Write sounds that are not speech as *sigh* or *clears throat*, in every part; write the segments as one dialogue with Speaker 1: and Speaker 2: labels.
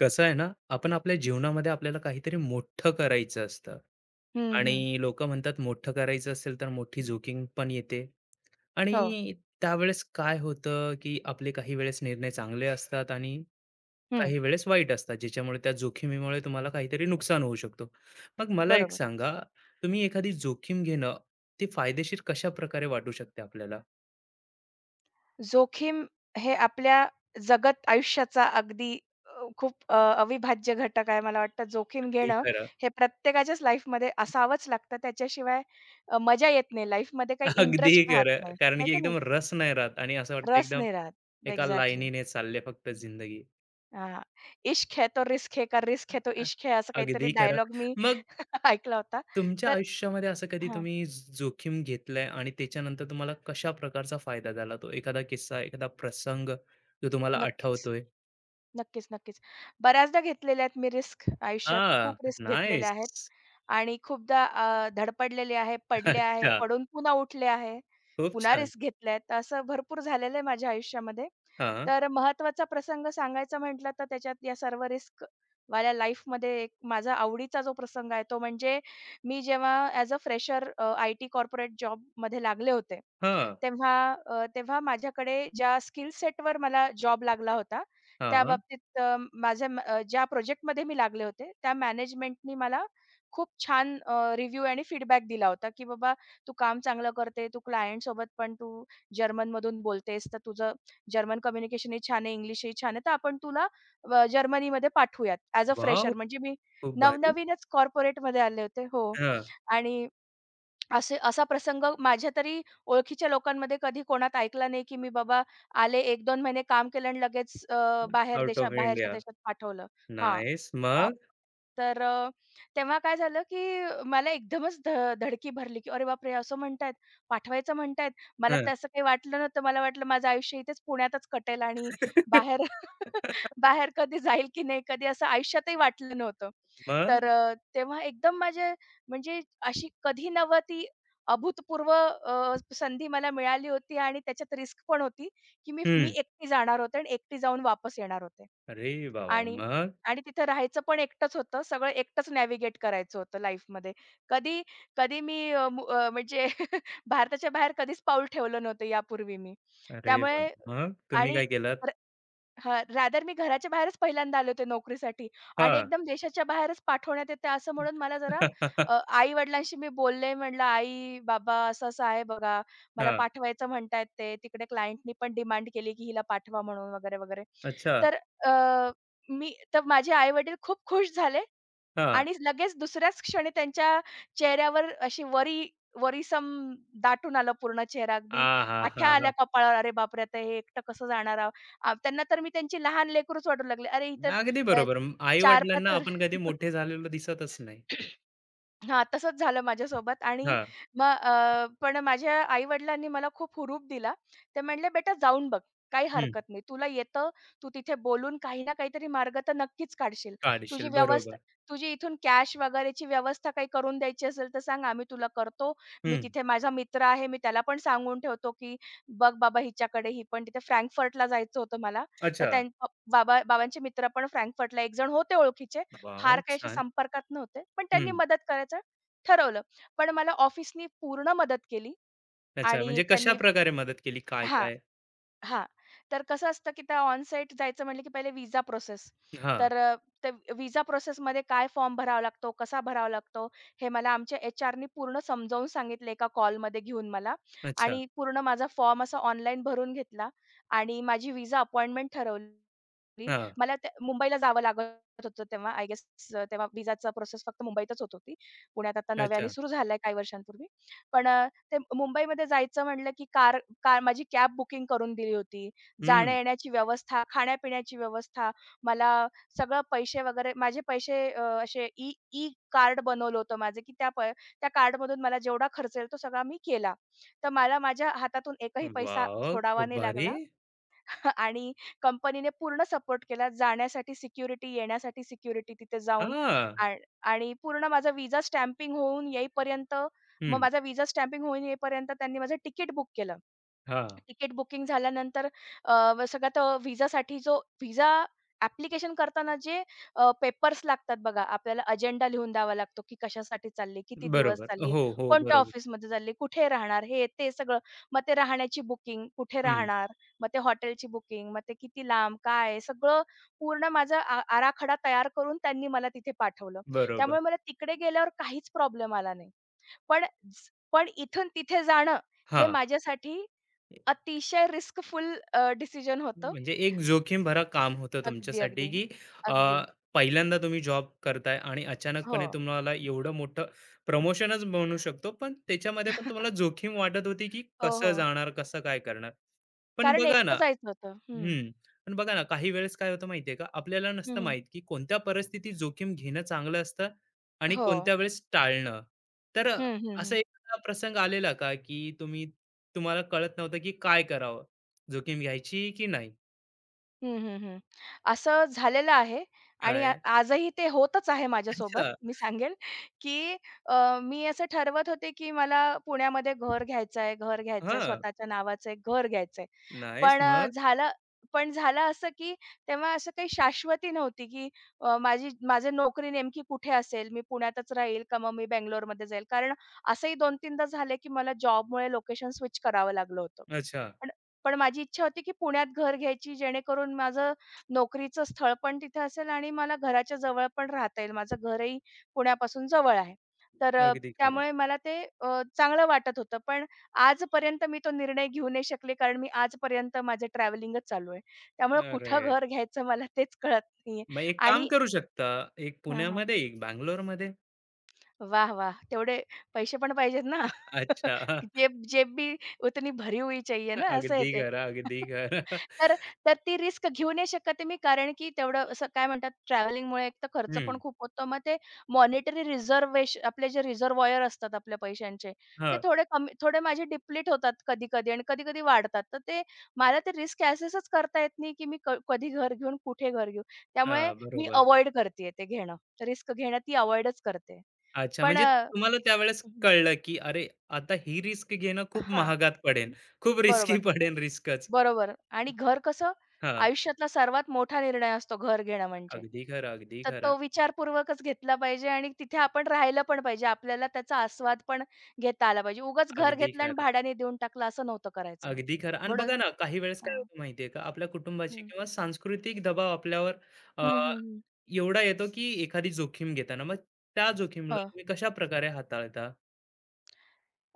Speaker 1: कसं आहे ना, आपण आपल्या जीवनामध्ये आपल्याला काहीतरी मोठं करायचं असतं
Speaker 2: हं, हं.
Speaker 1: आणि लोकं म्हणतात मोठं करायचं असेल तर मोठी जोखीम पण येते.
Speaker 2: हो.
Speaker 1: आणि त्यावेळेस काय होतं, की आपले काही वेळेस निर्णय चांगले असतात आणि
Speaker 2: हं.
Speaker 1: काही वेळेस वाईट असतात, ज्याच्यामुळे त्या जोखमीमुळे तुम्हाला काहीतरी नुकसान होऊ शकतो. मग मला एक
Speaker 2: बरोबर.
Speaker 1: सांगा, तुम्ही एखादी जोखीम घेणं, ते फायदेशीर कशाप्रकारे वाटू शकते आपल्याला?
Speaker 2: जोखीम हे आपल्या जगत आयुष्याचा अगदी खूप अविभाज्य घटक आहे. मला वाटतं जोखीम
Speaker 1: अगदी
Speaker 2: घेणं
Speaker 1: खरं,
Speaker 2: हे प्रत्येकाच्याच लाईफमध्ये असावंच लागतं. त्याच्याशिवाय मजा येत नाही. लाईफमध्ये काही
Speaker 1: अगदी
Speaker 2: इंटरेस्ट राहत
Speaker 1: खरं.
Speaker 2: नाही.
Speaker 1: कारण
Speaker 2: आहे
Speaker 1: की
Speaker 2: की नाही?
Speaker 1: एकदम रस नाही राहत आणि असं वाटतं
Speaker 2: रस
Speaker 1: एकदम
Speaker 2: नाही राहत.
Speaker 1: एका
Speaker 2: एक्झॅक्टली.
Speaker 1: लाईनीने चालले फक्त जिंदगी.
Speaker 2: हां. इश्क है तो रिस्क है का रिस्क है तो
Speaker 1: अ
Speaker 2: इश्क है असं काहीतरी
Speaker 1: अगदी खरं.
Speaker 2: डायलॉग मी
Speaker 1: मग
Speaker 2: *laughs* ऐकला होता.
Speaker 1: तुमच्या
Speaker 2: तर
Speaker 1: आयुष्यामध्ये असं कधी
Speaker 2: हां.
Speaker 1: तुम्ही जोखीम घेतलंय आणि त्याच्यानंतर तुम्हाला कशा प्रकारचा फायदा झाला तो? एखादा किस्सा, एखादा प्रसंग जो तुम्हाला
Speaker 2: नक्कीच.
Speaker 1: आठवतोय?
Speaker 2: नक्कीच, नक्कीच. बऱ्याचदा घेतलेल्या आहेत मी रिस्क आयुष्यात. खूप
Speaker 1: हां,
Speaker 2: रिस्क घेतलेल्या आहेत
Speaker 1: नाईस.
Speaker 2: आणि खूपदा धडपडलेले आहे, पडले आहे,
Speaker 1: अच्छा.
Speaker 2: पडून पुन्हा उठले आहे.
Speaker 1: खूप
Speaker 2: पुन्हा
Speaker 1: छान.
Speaker 2: रिस्क घेतल्यात. तर असं भरपूर झालेलं आहे माझ्या आयुष्यामध्ये.
Speaker 1: हां,
Speaker 2: तर महत्त्वाचा प्रसंग सांगायचा म्हटलं तर त्याच्यात या सर्व रिस्कवाल्या लाईफमध्ये एक माझा आवडीचा जो प्रसंग आहे तो म्हणजे मी जेव्हा as a fresher IT corporate जॉबमध्ये लागले होते.
Speaker 1: हां,
Speaker 2: तेव्हा माझ्याकडे ज्या स्किल सेटवर मला जॉब लागला होता, त्या
Speaker 1: हां.
Speaker 2: बाबतीत अ, माझ्या म- अ, ज्या प्रोजेक्टमध्ये मी लागले होते, त्या मॅनेजमेंटनी मला खूप छान रिव्ह्यू आणि फीडबॅक दिला होता, की "बाबा, तू काम चांगलं करते, तू क्लायंटसोबत पण तू जर्मनमधून बोलतेस, तर तुझं जर्मन कम्युनिकेशनही छान आहे, इंग्लिशही छान आहे, तर आपण तुला जर्मनीमध्ये पाठवूयात ॲज अ
Speaker 1: वॉव!
Speaker 2: फ्रेशर." म्हणजे मी
Speaker 1: खूप भारी.
Speaker 2: नवनवीनच कॉर्पोरेटमध्ये आले होते. हो.
Speaker 1: हां,
Speaker 2: आणि असा प्रसंग माझ्या तरी ओळखीच्या लोकांमध्ये कधी कोणात ऐकला नाही, की मी बाबा आले 1-2 महिने काम केलं आणि लगेच
Speaker 1: आउट ऑफ
Speaker 2: बाहेरच्या
Speaker 1: इंडिया.
Speaker 2: देशात पाठवलं. हां.
Speaker 1: नाईस.
Speaker 2: ऑ
Speaker 1: मग?
Speaker 2: तर तेव्हा काय झालं, की मला एकदमच धडकी भरली, की "अरे बापरे! असं म्हणतायत, पाठवायचं म्हणतायत." मला
Speaker 1: हं.
Speaker 2: तर असं काही वाटलं नव्हतं. मला वाटलं माझं आयुष्य इथेच पुण्यातच कटेल आणि बाहेर
Speaker 1: *laughs*
Speaker 2: *laughs* बाहेर कधी जाईल की नाही, कधी असं आयुष्यातही वाटलं नव्हतं. तर
Speaker 1: मग?
Speaker 2: तेव्हा एकदम माझे म्हणजे अशी कधी नव्ह ती अभूतपूर्व संधी मला मिळाली होती आणि त्याच्यात रिस्क पण होती, की मी मी
Speaker 1: हं.
Speaker 2: एकटी जाणार होते आणि एकटी जाऊन वापस येणार होते.
Speaker 1: अरे वाह,
Speaker 2: आणि
Speaker 1: मग?
Speaker 2: आणि तिथे राहायचं पण एकटंच होतं. सगळं एकटंच नॅव्हिगेट करायचं होतं लाईफमध्ये. कधी कधी मी म्हणजे *laughs* भारताच्या बाहेर कधीच पाऊल ठेवलं नव्हतं यापूर्वी मी.
Speaker 1: अरे वाह!
Speaker 2: त्यामुळे
Speaker 1: मग तुम्ही
Speaker 2: आणि
Speaker 1: काय केलात?
Speaker 2: हां, रादर मी घराच्या बाहेरच पहिल्यांदा आले होते नोकरीसाठी आणि
Speaker 1: हां.
Speaker 2: एकदम देशाच्या बाहेरच पाठवण्यात येते असं म्हणून मला
Speaker 1: हां.
Speaker 2: जरा
Speaker 1: *laughs*
Speaker 2: आई-वडिलांशी मी बोलले. म्हटलं, "आई-बाबा, असं-असं आहे बघा. मला पाठवायचं म्हणतायत ते. तिकडे क्लायंटनी पण डिमांड केली, की हिला पाठवा म्हणून वगैरे, वगैरे."
Speaker 1: अच्छा.
Speaker 2: तर अ, मी तर माझे आई-वडील खूप खुश झाले
Speaker 1: हां.
Speaker 2: आणि लगेच दुसऱ्याच क्षणी त्यांच्या चेहऱ्यावर अशी वरीसम दाटून आलं पूर्ण चेहरा. अगदी आठ्या
Speaker 1: आहाहाहा!
Speaker 2: आल्या कपाळावर. "अरे बापरे! आता हे एकटं कसं जाणार आहो?" त्यांना तर मी त्यांची लहान लेकरूच वाटू लागले. अरे, इथं
Speaker 1: अगदी
Speaker 2: अ,
Speaker 1: बरोबर.
Speaker 2: चार 5
Speaker 1: आई-वडिलांना
Speaker 2: वर
Speaker 1: आपण कधी
Speaker 2: *laughs*
Speaker 1: मोठे झालेलो दिसतच नाही.
Speaker 2: हां, तसंच झालं माझ्यासोबत आणि
Speaker 1: हां.
Speaker 2: मग पण माझ्या आई-वडिलांनी मला खूप हुरूप दिला. ते म्हणाले, "बेटा, जाऊन बघ, काही
Speaker 1: हं.
Speaker 2: हरकत नाही. तुला येतं, तू तिथे बोलून काही ना काहीतरी मार्ग तर नक्कीच काढशील.
Speaker 1: काढशील.
Speaker 2: तुझी व्यवस्था,
Speaker 1: बरोबर.
Speaker 2: तुझी इथून कॅश वगैरेची व्यवस्था काही करून द्यायची असेल तर सांग, आम्ही तुला करतो. मी
Speaker 1: हं.
Speaker 2: तिथे माझा मित्र आहे, मी त्याला पण सांगून ठेवतो, की बघ बाबा हिच्याकडे, ही पण तिथे फ्रँकफर्टला जायचं होतं मला." तर
Speaker 1: अच्छा.
Speaker 2: त्यां बाबा बाबांचे मित्र पण फ्रँकफर्टला एकजण होते ओळखीचे.
Speaker 1: वाह!
Speaker 2: फार काही असे
Speaker 1: छान.
Speaker 2: संपर्कात नव्हते, पण त्यांनी
Speaker 1: हं.
Speaker 2: मदत करायचं ठरवलं. पण मला ऑफिसनी पूर्ण मदत केली
Speaker 1: अच्छा.
Speaker 2: आणि
Speaker 1: म्हणजे
Speaker 2: त्यांनी.
Speaker 1: कशाप्रकारे मदत केली?
Speaker 2: हां.
Speaker 1: काय-काय?
Speaker 2: हा तर कसं असतं, की त्या ऑन साइट जायचं म्हटलं, की पहिले व्हिसा प्रोसेस.
Speaker 1: हां.
Speaker 2: तर त्या व्हिसा प्रोसेसमध्ये काय फॉर्म भरावा लागतो, कसा भरावा लागतो, हे मला आमच्या एचआरनी पूर्ण समजावून सांगितलं एका कॉलमध्ये घेऊन मला
Speaker 1: अच्छा.
Speaker 2: आणि पूर्ण माझा फॉर्म असा ऑनलाईन भरून घेतला आणि माझी व्हिसा अपॉइंटमेंट ठरवली.
Speaker 1: हां.
Speaker 2: मला त्या मुंबईला जावं लागत होतं तेव्हा आय गेस तेव्हा व्हिसाचा प्रोसेस फक्त मुंबईतच होत होती. पुण्यात आता नव्याने
Speaker 1: अच्छा.
Speaker 2: सुरू झालाय काही वर्षांपूर्वी. पण ते मुंबईमध्ये जायचं म्हटलं, की कार का माझी कॅब बुकिंग करून दिली होती.
Speaker 1: हं.
Speaker 2: जाण्या-येण्याची व्यवस्था, खाण्यापिण्याची व्यवस्था, मला सगळं पैसे वगैरे, माझे पैसे अ, असे ई ई कार्ड बनवलं होतं माझं, की त्या कार्डमधून मला जेवढा खर्च येईल तो सगळा मी केला. तर मला माझ्या हातातून एकही पैसा
Speaker 1: वॉव!
Speaker 2: सोडावा
Speaker 1: खूप
Speaker 2: नाही
Speaker 1: भारी.
Speaker 2: लागला. *laughs* आणि कंपनीने पूर्ण सपोर्ट केला. जाण्यासाठी सिक्युरिटी, येण्यासाठी सिक्युरिटी तिथे जाऊन.
Speaker 1: हां.
Speaker 2: आ आणि पूर्ण माझा व्हिसा स्टॅम्पिंग होऊन येईपर्यंत, मग
Speaker 1: हं.
Speaker 2: माझा व्हिसा स्टॅम्पिंग होऊन येईपर्यंत त्यांनी माझं तिकीट बुक केलं.
Speaker 1: हां.
Speaker 2: तिकीट बुकिंग झाल्यानंतर अ, व सगळ्यात व्हिसासाठी जो व्हिसा ॲप्लिकेशन करताना जे पेपर्स लागतात बघा, आपल्याला अजेंडा लिहून द्यावा लागतो, की कशासाठी चालली, किती दिवस
Speaker 1: बरोबर.
Speaker 2: चालली,
Speaker 1: हो, हो.
Speaker 2: कोणत्या
Speaker 1: बरोबर.
Speaker 2: ऑफिसमध्ये चालली, कुठे राहणार, हे ते सगळं. मग ते राहण्याची बुकिंग, कुठे
Speaker 1: हं.
Speaker 2: राहणार, मग ते हॉटेलची बुकिंग, मग ते किती लांब, काय, सगळं पूर्ण माझा आराखडा तयार करून त्यांनी मला तिथे पाठवलं.
Speaker 1: बरोबर.
Speaker 2: त्यामुळे मला तिकडे गेल्यावर काहीच प्रॉब्लेम आला नाही. पण पण इथून तिथे जाणं हे
Speaker 1: हां.
Speaker 2: माझ्यासाठी अतिशय रिस्कफुल डिसिजन होतं.
Speaker 1: म्हणजे एक जोखीम भरा काम होतं
Speaker 2: अगदी,
Speaker 1: तुमच्यासाठी,
Speaker 2: अगदी.
Speaker 1: की अ,
Speaker 2: अगदी.
Speaker 1: पहिल्यांदा तुम्ही जॉब करताय आणि
Speaker 2: हो.
Speaker 1: अचानकपणे तुम्हाला एवढं मोठं प्रमोशनच म्हणू शकतो, पण त्याच्यामध्ये पण तुम्हाला जोखीम वाटत होती, की
Speaker 2: हो,
Speaker 1: कसं
Speaker 2: हो.
Speaker 1: जाणार, कसं काय करणार. पण
Speaker 2: कारण
Speaker 1: बघा ना.
Speaker 2: एकटं जायचं होतं. हं.
Speaker 1: हं, पण बघा ना काही वेळेस काय होतं माहिती आहे का, आपल्याला
Speaker 2: हं,
Speaker 1: नसतं
Speaker 2: हं.
Speaker 1: माहीत, की कोणत्या परिस्थितीत जोखीम घेणं चांगलं असतं आणि
Speaker 2: हो.
Speaker 1: कोणत्या वेळेस टाळणं. तर
Speaker 2: हं, हं,
Speaker 1: असा
Speaker 2: हं.
Speaker 1: एखादा प्रसंग आलेला का, की तुम्हाला कळत नव्हतं, की काय करावं? जोखीम घ्यायची की नाही?
Speaker 2: हं, हं, हं. असं झालेलं आहे आणि
Speaker 1: काय?
Speaker 2: आजही ते होतच आहे माझ्यासोबत.
Speaker 1: अच्छा.
Speaker 2: मी सांगेल, की मी असं ठरवत होते, की मला पुण्यामध्ये घर घ्यायचंय, घर घ्यायचंय,
Speaker 1: हां.
Speaker 2: स्वतःच्या नावाचं एक घर घ्यायचंय.
Speaker 1: नाईस
Speaker 2: पण अ,
Speaker 1: मग?
Speaker 2: झालं पण झालं असं, की तेव्हा असं काही शाश्वती नव्हती, की माझी माझी नोकरी नेमकी कुठे असेल? मी पुण्यातच राहील का मग मी बंगलोरमध्ये जाईल? कारण असंही 2-3दा झाले, की मला जॉबमुळे लोकेशन स्विच करावं लागलं होतं.
Speaker 1: अच्छा.
Speaker 2: पण पण माझी इच्छा होती, की पुण्यात घर घ्यायची जेणेकरून माझं नोकरीचं स्थळ पण तिथे असेल आणि मला घराच्या जवळ पण राहता येईल. माझं घरही पुण्यापासून जवळ आहे. तर
Speaker 1: अगदी खरं.
Speaker 2: त्यामुळे मला ते चांगलं वाटत होतं. पण आजपर्यंत मी तो निर्णय घेऊ नाही शकले, कारण मी आजपर्यंत माझं ट्रॅव्हलिंगच चालू आहे. त्यामुळे
Speaker 1: अरे!
Speaker 2: कुठं घर घ्यायचं मला तेच कळत नाहीये
Speaker 1: मग एक काम
Speaker 2: आणि
Speaker 1: करू शकता. एक
Speaker 2: हां,
Speaker 1: पुण्यामध्ये, एक बंगलोरमध्ये.
Speaker 2: वाह! वाह! तेवढे पैसे पण पाहिजेत ना. *laughs*
Speaker 1: अच्छा.
Speaker 2: जेब जेब भी उतनी भरी हुई चाहिए ना, असं आहे
Speaker 1: अगदी
Speaker 2: ते.
Speaker 1: खरं, अगदी
Speaker 2: *laughs*
Speaker 1: खरं.
Speaker 2: तर तर ती रिस्क घेऊ नाही शकत मी, कारण की तेवढं असं काय म्हणतात ट्रॅव्हलिंगमुळे एकतर खर्च पण
Speaker 1: हं.
Speaker 2: खूप होतो. मग ते मॉनिटरी आपले जे रिझर्व्हॉयर असतात आपल्या पैशांचे, ते
Speaker 1: हां.
Speaker 2: थोडे कमी, थोडे माझे डिप्लीट होतात कधी-कधी आणि कधी-कधी वाढतात. तर ते मला ते रिस्क असेसच करता येत नाही, की मी कधी घर घेऊन, कुठे घर घेऊ. त्यामुळे
Speaker 1: हां.
Speaker 2: मी
Speaker 1: बरोबर.
Speaker 2: अव्हॉइड करते ते घेणं. रिस्क घेणं ती अव्हॉइडच करते.
Speaker 1: अच्छा.
Speaker 2: पण
Speaker 1: म्हणजे तुम्हाला त्यावेळेस
Speaker 2: हं, हं.
Speaker 1: कळलं, की अरे, आता ही रिस्क घेणं खूप
Speaker 2: हां.
Speaker 1: महागात पडेल. खूप रिस्की
Speaker 2: बरोबर,
Speaker 1: पडेल रिस्कच.
Speaker 2: बरोबर आणि घर कसं
Speaker 1: हां.
Speaker 2: आयुष्यातला सर्वात मोठा निर्णय असतो घर घेणं म्हणजे.
Speaker 1: अगदी खरं, अगदी
Speaker 2: तर तो
Speaker 1: खरं,
Speaker 2: विचारपूर्वकच घेतला पाहिजे आणि तिथे आपण राहिलं पण पाहिजे. आपल्याला त्याचा आस्वाद पण घेता आला पाहिजे. उगाच घर
Speaker 1: अगदी
Speaker 2: घेतलं आणि
Speaker 1: खरं.
Speaker 2: भाड्याने देऊन टाकलं असं नव्हतं करायचं मग.
Speaker 1: अगदी खरं. आणि
Speaker 2: म्हणून
Speaker 1: बघा ना, काही वेळेस काय
Speaker 2: हां.
Speaker 1: होतं माहिती का, आपल्या कुटुंबाची
Speaker 2: हं.
Speaker 1: किंवा सांस्कृतिक दबाव आपल्यावर अ,
Speaker 2: हं, हं, हं.
Speaker 1: एवढा येतो की एखादी जोखीम घेताना, मग त्या जोखीमला
Speaker 2: हो.
Speaker 1: तुम्ही कशाप्रकारे हाताळता?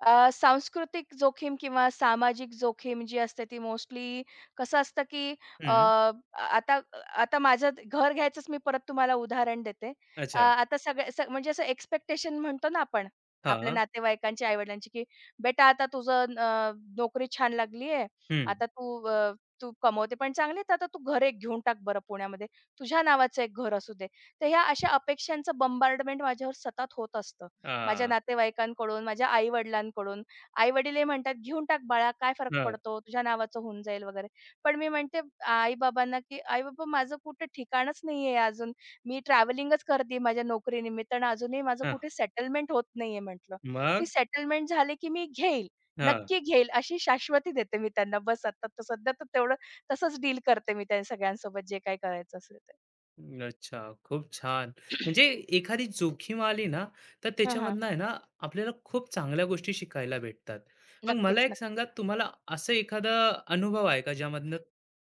Speaker 2: सांस्कृतिक जोखीम किंवा सामाजिक जोखीम जी असते ती मोस्टली कसं असतं, की अ,
Speaker 1: हं.
Speaker 2: आ- आता आता माझं घर घ्यायचंच मी परत तुम्हाला उदाहरण देते.
Speaker 1: अच्छा.
Speaker 2: आता सगळ्या स म्हणजे असं एक्स्पेक्टेशन म्हणतो ना आपण आपल्या
Speaker 1: हां.
Speaker 2: नातेवाईकांची, आई की, "बेटा, आता तुझं नोकरी छान लागली आहे.
Speaker 1: हं.
Speaker 2: आता तू कमवते पण चांगली, तर आता तू घर एक घेऊन टाक बरं पुण्यामध्ये. तुझ्या नावाचं एक घर असू दे." तर ह्या अशा अपेक्षांचं बंबार्डमेंट माझ्यावर सतत होत असतं. माझ्या
Speaker 1: आ,
Speaker 2: नातेवाईकांकडून, माझ्या आई-वडिलांकडून. आई-वडील हे म्हणतात, "घेऊन टाक बाळा, काय फरक
Speaker 1: हां.
Speaker 2: पडतो? तुझ्या नावाचं होऊन जाईल वगैरे." पण मी म्हणते आई-बाबांना, की "आई-बाबा, माझं कुठे ठिकाणच नाहीये अजून. मी ट्रॅव्हलिंगच करते माझ्या नोकरीनिमित्तानं. अजूनही माझं
Speaker 1: हां.
Speaker 2: कुठे सेटलमेंट होत नाहीये," म्हटलं. "ती
Speaker 1: मग?
Speaker 2: सेटलमेंट झाली, की मी घेईल, नक्की घेईल," अशी शाश्वती देते मी त्यांना. बस आता तर सध्या तर तेवढं तसंच डील करते मी त्या सगळ्यांसोबत जे काही करायचं असेल ते.
Speaker 1: अच्छा, खूप छान. म्हणजे
Speaker 2: *clears throat*
Speaker 1: एखादी जोखीम आली ना, तर
Speaker 2: हां, हां.
Speaker 1: त्याच्यामधनं आहे ना, आपल्याला खूप चांगल्या गोष्टी शिकायला भेटतात. मग मला
Speaker 2: नक्कीच,
Speaker 1: एक
Speaker 2: नक्कीच.
Speaker 1: सांगा, तुम्हाला असं एखादा अनुभव आहे का, ज्यामधनं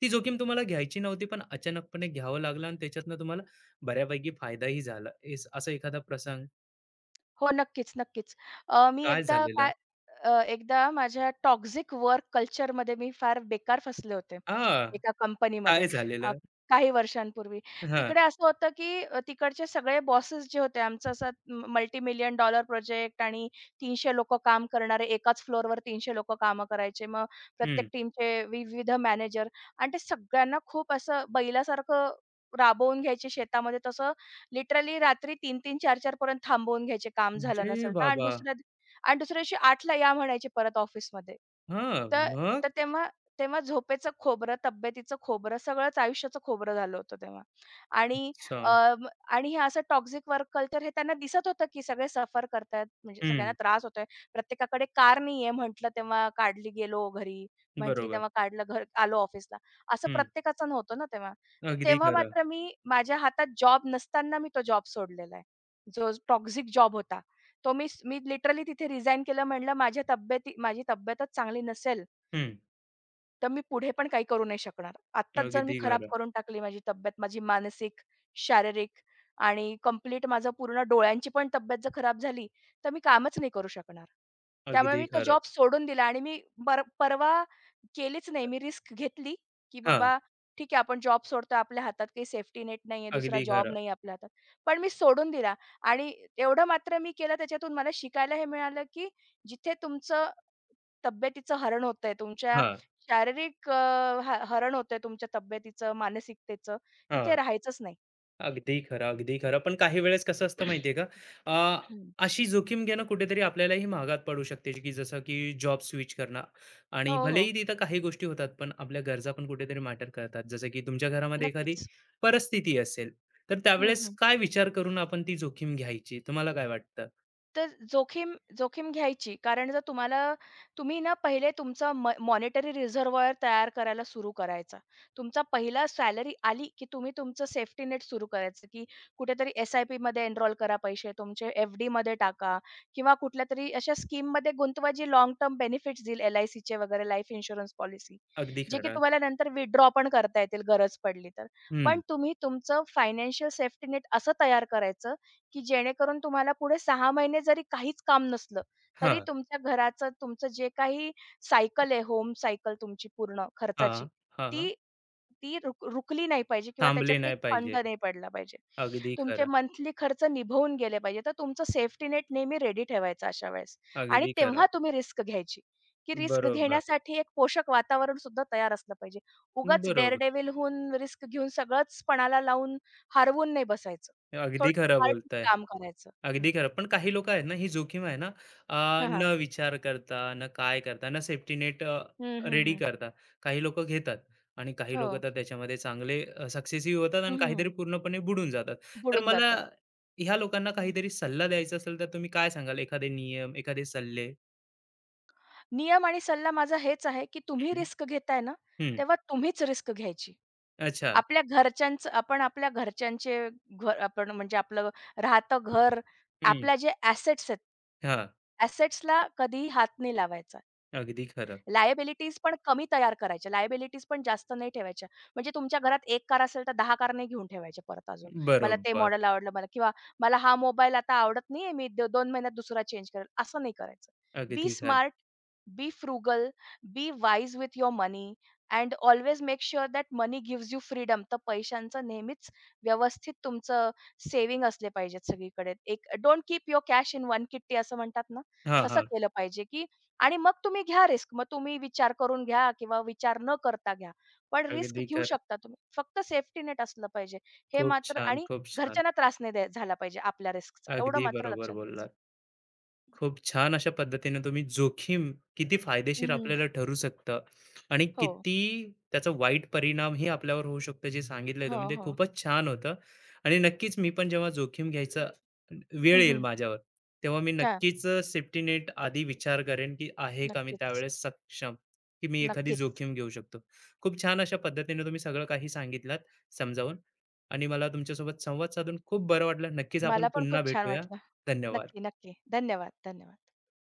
Speaker 1: ती जोखीम तुम्हाला घ्यायची नव्हती, पण अचानकपणे घ्यावं लागलं आणि त्याच्यातनं तुम्हाला बऱ्यापैकी फायदाही झाला? एस असा एखादा प्रसंग
Speaker 2: हो, नक्कीच, नक्कीच. अ, मी
Speaker 1: काय
Speaker 2: एकदा
Speaker 1: झालेलं?
Speaker 2: काय अ, एकदा माझ्या टॉक्सिक वर्क कल्चरमध्ये मी फार बेकार फसले होते,
Speaker 1: हां,
Speaker 2: एका कंपनीमध्ये,
Speaker 1: काय
Speaker 2: अ,
Speaker 1: झालेलं?
Speaker 2: काही वर्षांपूर्वी.
Speaker 1: हां,
Speaker 2: तिकडे असं होतं, की तिकडचे सगळे बॉसेस जे होते, आमचं असं मल्टीमिलियन डॉलर प्रोजेक्ट आणि 300 लोकं काम करणारे, एकाच फ्लोअरवर 300 लोकं कामं करायचे. मग प्रत्येक
Speaker 1: हं.
Speaker 2: टीमचे विविध मॅनेजर आणि ते सगळ्यांना खूप असं बैलासारखं राबवून घ्यायचे शेतामध्ये. तसं लिटरली रात्री तीन-तीन, चार-चार पर्यंत थांबवून घ्यायचे काम झालं
Speaker 1: अरे
Speaker 2: नसेल तर आणि
Speaker 1: बाबा!
Speaker 2: आणि दुसऱ्या दिवशी 8:00ला या म्हणायचे परत ऑफिसमध्ये.
Speaker 1: हां,
Speaker 2: तर तर
Speaker 1: मग?
Speaker 2: तेव्हा, झोपेचं खोबरं, तब्येतीचं खोबरं, सगळंच आयुष्याचं खोबरं झालं होतं तेव्हा. आणि
Speaker 1: अच्छा.
Speaker 2: अ, हे असं टॉक्सिक वर्क कल्चर हे त्यांना दिसत होतं, की सगळे सफर करतायत, म्हणजे सगळ्यांना
Speaker 1: हं,
Speaker 2: त्रास होतोय. प्रत्येकाकडे कार नाहीये म्हटलं तेव्हा काढली गेलो घरी, म्हटली
Speaker 1: बरोबर.
Speaker 2: तेव्हा काढलं घर आलो ऑफिसला. असं
Speaker 1: हं,
Speaker 2: प्रत्येकाचं नव्हतं ना तेव्हा. तर
Speaker 1: अगदी
Speaker 2: तेव्हा
Speaker 1: खरं.
Speaker 2: मात्र मी माझ्या हातात जॉब नसताना मी तो जॉब सोडलेला आहे. जो टॉक्सिक जॉब होता. तो मी मी लिटरली तिथे रिझाइन केलं म्हणलं, माझ्या तब्येती, माझी तब्येतच चांगली नसेल,
Speaker 1: हं,
Speaker 2: तर मी पुढे पण काही करू नाही शकणार. आत्ताच जर मी
Speaker 1: अगदी
Speaker 2: खराब
Speaker 1: खरं.
Speaker 2: करून टाकली माझी तब्येत, माझी मानसिक, शारीरिक आणि कंप्लीट माझं पूर्ण डोळ्यांची पण तब्येत जर खराब झाली, तर मी कामच नाही करू शकणार. त्यामुळे
Speaker 1: अगदी
Speaker 2: मी तो
Speaker 1: खरं.
Speaker 2: जॉब सोडून दिला आणि मी परवा केलीच नाही. मी रिस्क घेतली, की
Speaker 1: हां,
Speaker 2: बाबा, ठीक आहे आपण जॉब सोडतोय, आपल्या हातात काही सेफ्टी नेट नाहीये, दुसरा
Speaker 1: अगदी
Speaker 2: जॉब
Speaker 1: खरं.
Speaker 2: नाही आपल्या हातात. पण मी सोडून दिला आणि एवढं मात्र मी केलं त्याच्यातून मला शिकायला हे मिळालं, की जिथे तुमचं तब्येतीचं हरण होतंय, तुमच्या
Speaker 1: हां,
Speaker 2: शारीरिक, अ, ह हरण होतंय तुमच्या तब्येतीचं, मानसिकतेचं. तिथे
Speaker 1: हां.
Speaker 2: राहायचंच नाही.
Speaker 1: अगदी खरं, अगदी खरं. पण काही वेळेस कसं असतं माहिती
Speaker 2: *clears throat*
Speaker 1: आहे का? अ,
Speaker 2: हम्म.
Speaker 1: अशी जोखीम घेणं कुठेतरी आपल्यालाही महागात पडू शकते, की जसं की जॉब स्विच करणं
Speaker 2: हो,
Speaker 1: आणि
Speaker 2: हो.
Speaker 1: भलेही तिथं काही गोष्टी होतात, पण आपल्या गरजा पण कुठेतरी मॅटर करतात. जसं की तुमच्या घरामध्ये एखादी
Speaker 2: नक्कीच.
Speaker 1: परिस्थिती असेल, तर
Speaker 2: हं,
Speaker 1: त्यावेळेस
Speaker 2: हं.
Speaker 1: काय विचार करून आपण ती जोखीम घ्यायची? तुम्हाला काय वाटतं?
Speaker 2: तर जोखीम जोखीम घ्यायची. कारण जर तुम्हाला तुम्ही ना पहिले तुमचा मॉनिटरी रिझर्व्हायर तयार करायला सुरू करायचा. तुमचा पहिला सॅलरी आली, की तुम्ही तुमचं सेफ्टी नेट सुरू करायचं, की कुठेतरी एस-आय-पीमध्ये एनरोल करा पैसे तुमचे, एफ-डीमध्ये टाका किंवा कुठल्यातरी अशा स्कीममध्ये गुंतवा जी लाँग टर्म बेनिफिट्स देईल, एल-आय-सीचे वगैरे लाईफ इन्शुरन्स पॉलिसी.
Speaker 1: अगदी
Speaker 2: जे की
Speaker 1: खरं.
Speaker 2: तुम्हाला नंतर विथड्रॉ पण करता येतील गरज पडली तर.
Speaker 1: हं.
Speaker 2: पण तुम्ही तुमचं फायनान्शियल सेफ्टी नेट असं तयार करायचं की जेणेकरून तुम्हाला पुढे 6 महिने जरी काहीच काम नसलं, तरी
Speaker 1: हां,
Speaker 2: तुमच्या घराचं तुमचं जे काही सायकल आहे, होम सायकल तुमची पूर्ण
Speaker 1: हां,
Speaker 2: खर्चाची,
Speaker 1: हां, हां.
Speaker 2: ती ती रुकली नाही पाहिजे किंवा त्याच्यात
Speaker 1: थांबले
Speaker 2: काही
Speaker 1: नाही पाहिजे.
Speaker 2: खंड नाही पडला पाहिजे.
Speaker 1: अगदी
Speaker 2: तुमचे
Speaker 1: खरं,
Speaker 2: मंथली खर्च निभवून गेले पाहिजे. तर तुमचं सेफ्टी नेट नेहमी रेडी ठेवायचं अशा वेळेस आणि
Speaker 1: अगदी खरं.
Speaker 2: तेव्हा तुम्ही रिस्क घ्यायची, की रिस्क
Speaker 1: बरोबर.
Speaker 2: घेण्यासाठी एक पोषक वातावरण सुद्धा तयार असलं पाहिजे. उगाच
Speaker 1: बरोबर.
Speaker 2: डेअरडेव्हिल होऊन रिस्क घेऊन सगळंच पणाला लावून हरवून नाही बसायचं.
Speaker 1: अगदी खरं
Speaker 2: पार्टने
Speaker 1: बोलताय.
Speaker 2: काम करायचं.
Speaker 1: अगदी
Speaker 2: हं.
Speaker 1: खरं. पण काही लोकं आहेत ना, ही जोखीम आहे ना, अ,
Speaker 2: हां, हां.
Speaker 1: न विचार करता, न काय करता, न सेफ्टी नेट
Speaker 2: हं, हं,
Speaker 1: रेडी
Speaker 2: हं.
Speaker 1: करता. काही लोकं घेतात आणि काही
Speaker 2: हो.
Speaker 1: लोकं तर त्याच्यामध्ये चांगले सक्सेसही होतात आणि
Speaker 2: हं,
Speaker 1: काहीतरी
Speaker 2: हं.
Speaker 1: पूर्णपणे बुडून जातात. तर
Speaker 2: बुडून
Speaker 1: मला
Speaker 2: जातात.
Speaker 1: ह्या लोकांना
Speaker 2: हं.
Speaker 1: काहीतरी सल्ला द्यायचा असेल, तर तुम्ही काय सांगाल? एखादे नियम, एखादे सल्ले?
Speaker 2: नियम आणि सल्ला माझा हेच आहे, की तुम्ही
Speaker 1: हं,
Speaker 2: रिस्क घेताय ना,
Speaker 1: हं.
Speaker 2: तेव्हा तुम्हीच रिस्क घ्यायची.
Speaker 1: अच्छा.
Speaker 2: आपल्या घरच्यांचं आपण, आपल्या घरच्यांचे घर, आपण म्हणजे आपलं राहतं घर,
Speaker 1: हं.
Speaker 2: आपल्या जे ॲसेट्स आहेत,
Speaker 1: हां.
Speaker 2: ॲसेट्सला कधीही हात नाही लावायचा.
Speaker 1: अगदी खरं.
Speaker 2: लायबिलिटीज पण कमी तयार करायच्या. लायबिलिटीज पण जास्त नाही ठेवायच्या. म्हणजे तुमच्या घरात 1 कार असेल तर 10 कार नाही घेऊन ठेवायच्या परत अजून. मला ते
Speaker 1: बरोबर.
Speaker 2: मॉडेल आवडलं मला किंवा मला हा मोबाईल आता आवडत नाहीये, मी 2 महिन्यात दुसरा चेंज करेल, असं नाही करायचं. बी
Speaker 1: अगदी खरं.
Speaker 2: Smart, Be frugal, be wise with your money, and always make sure that money gives you freedom. तर पैशांचं नेहमीच व्यवस्थित तुमचं सेव्हिंग असले पाहिजेत सगळीकडे. एक, don't keep your cash in one kitty असं म्हणतात ना,
Speaker 1: हां,
Speaker 2: तसं
Speaker 1: हां.
Speaker 2: केलं पाहिजे, की आणि मग तुम्ही घ्या रिस्क. मग तुम्ही विचार करून घ्या किंवा विचार न करता घ्या. पण रिस्क
Speaker 1: अगदी
Speaker 2: घेऊ
Speaker 1: खरं.
Speaker 2: शकता तुम्ही. फक्त सेफ्टी नेट असलं पाहिजे. हे
Speaker 1: खूप
Speaker 2: मात्र
Speaker 1: छान,
Speaker 2: आणि
Speaker 1: खूप छान.
Speaker 2: घरच्यांना त्रास नाही द्या झाला पाहिजे आपल्या रिस्कचा. एवढं
Speaker 1: अगदी
Speaker 2: मात्र
Speaker 1: बरोबर
Speaker 2: लक्षात घ्यायचं.
Speaker 1: बोललात. खूप छान अशा पद्धतीने तुम्ही जोखीम किती फायदेशीर
Speaker 2: हं,
Speaker 1: आपल्याला ठरू शकतं आणि
Speaker 2: हो.
Speaker 1: किती त्याचा वाईट परिणाम हे आपल्यावर होऊ शकतं जे सांगितलंय
Speaker 2: हो,
Speaker 1: तुम्ही ते
Speaker 2: हो.
Speaker 1: खूपच छान होतं आणि नक्कीच मी पण जेव्हा जोखीम घ्यायचा वेळ
Speaker 2: हं,
Speaker 1: येईल
Speaker 2: हं.
Speaker 1: माझ्यावर तेव्हा मी नक्कीच सेफ्टी नेट आधी विचार करेन की आहे का मी
Speaker 2: नक्कीच,
Speaker 1: त्यावेळेस सक्षम की मी एखादी
Speaker 2: नक्कीच.
Speaker 1: जोखीम घेऊ शकतो. खूप छान अशा पद्धतीने तुम्ही सगळं काही सांगितलं समजावून आणि मला तुमच्यासोबत संवाद साधून खूप बरं वाटलं. नक्कीच आपण
Speaker 2: मला पण
Speaker 1: पुन्हा
Speaker 2: खूप छान
Speaker 1: भेटूया.
Speaker 2: वाटलं. नक्की,
Speaker 1: धन्यवाद.
Speaker 2: नक्की. धन्यवाद, धन्यवाद.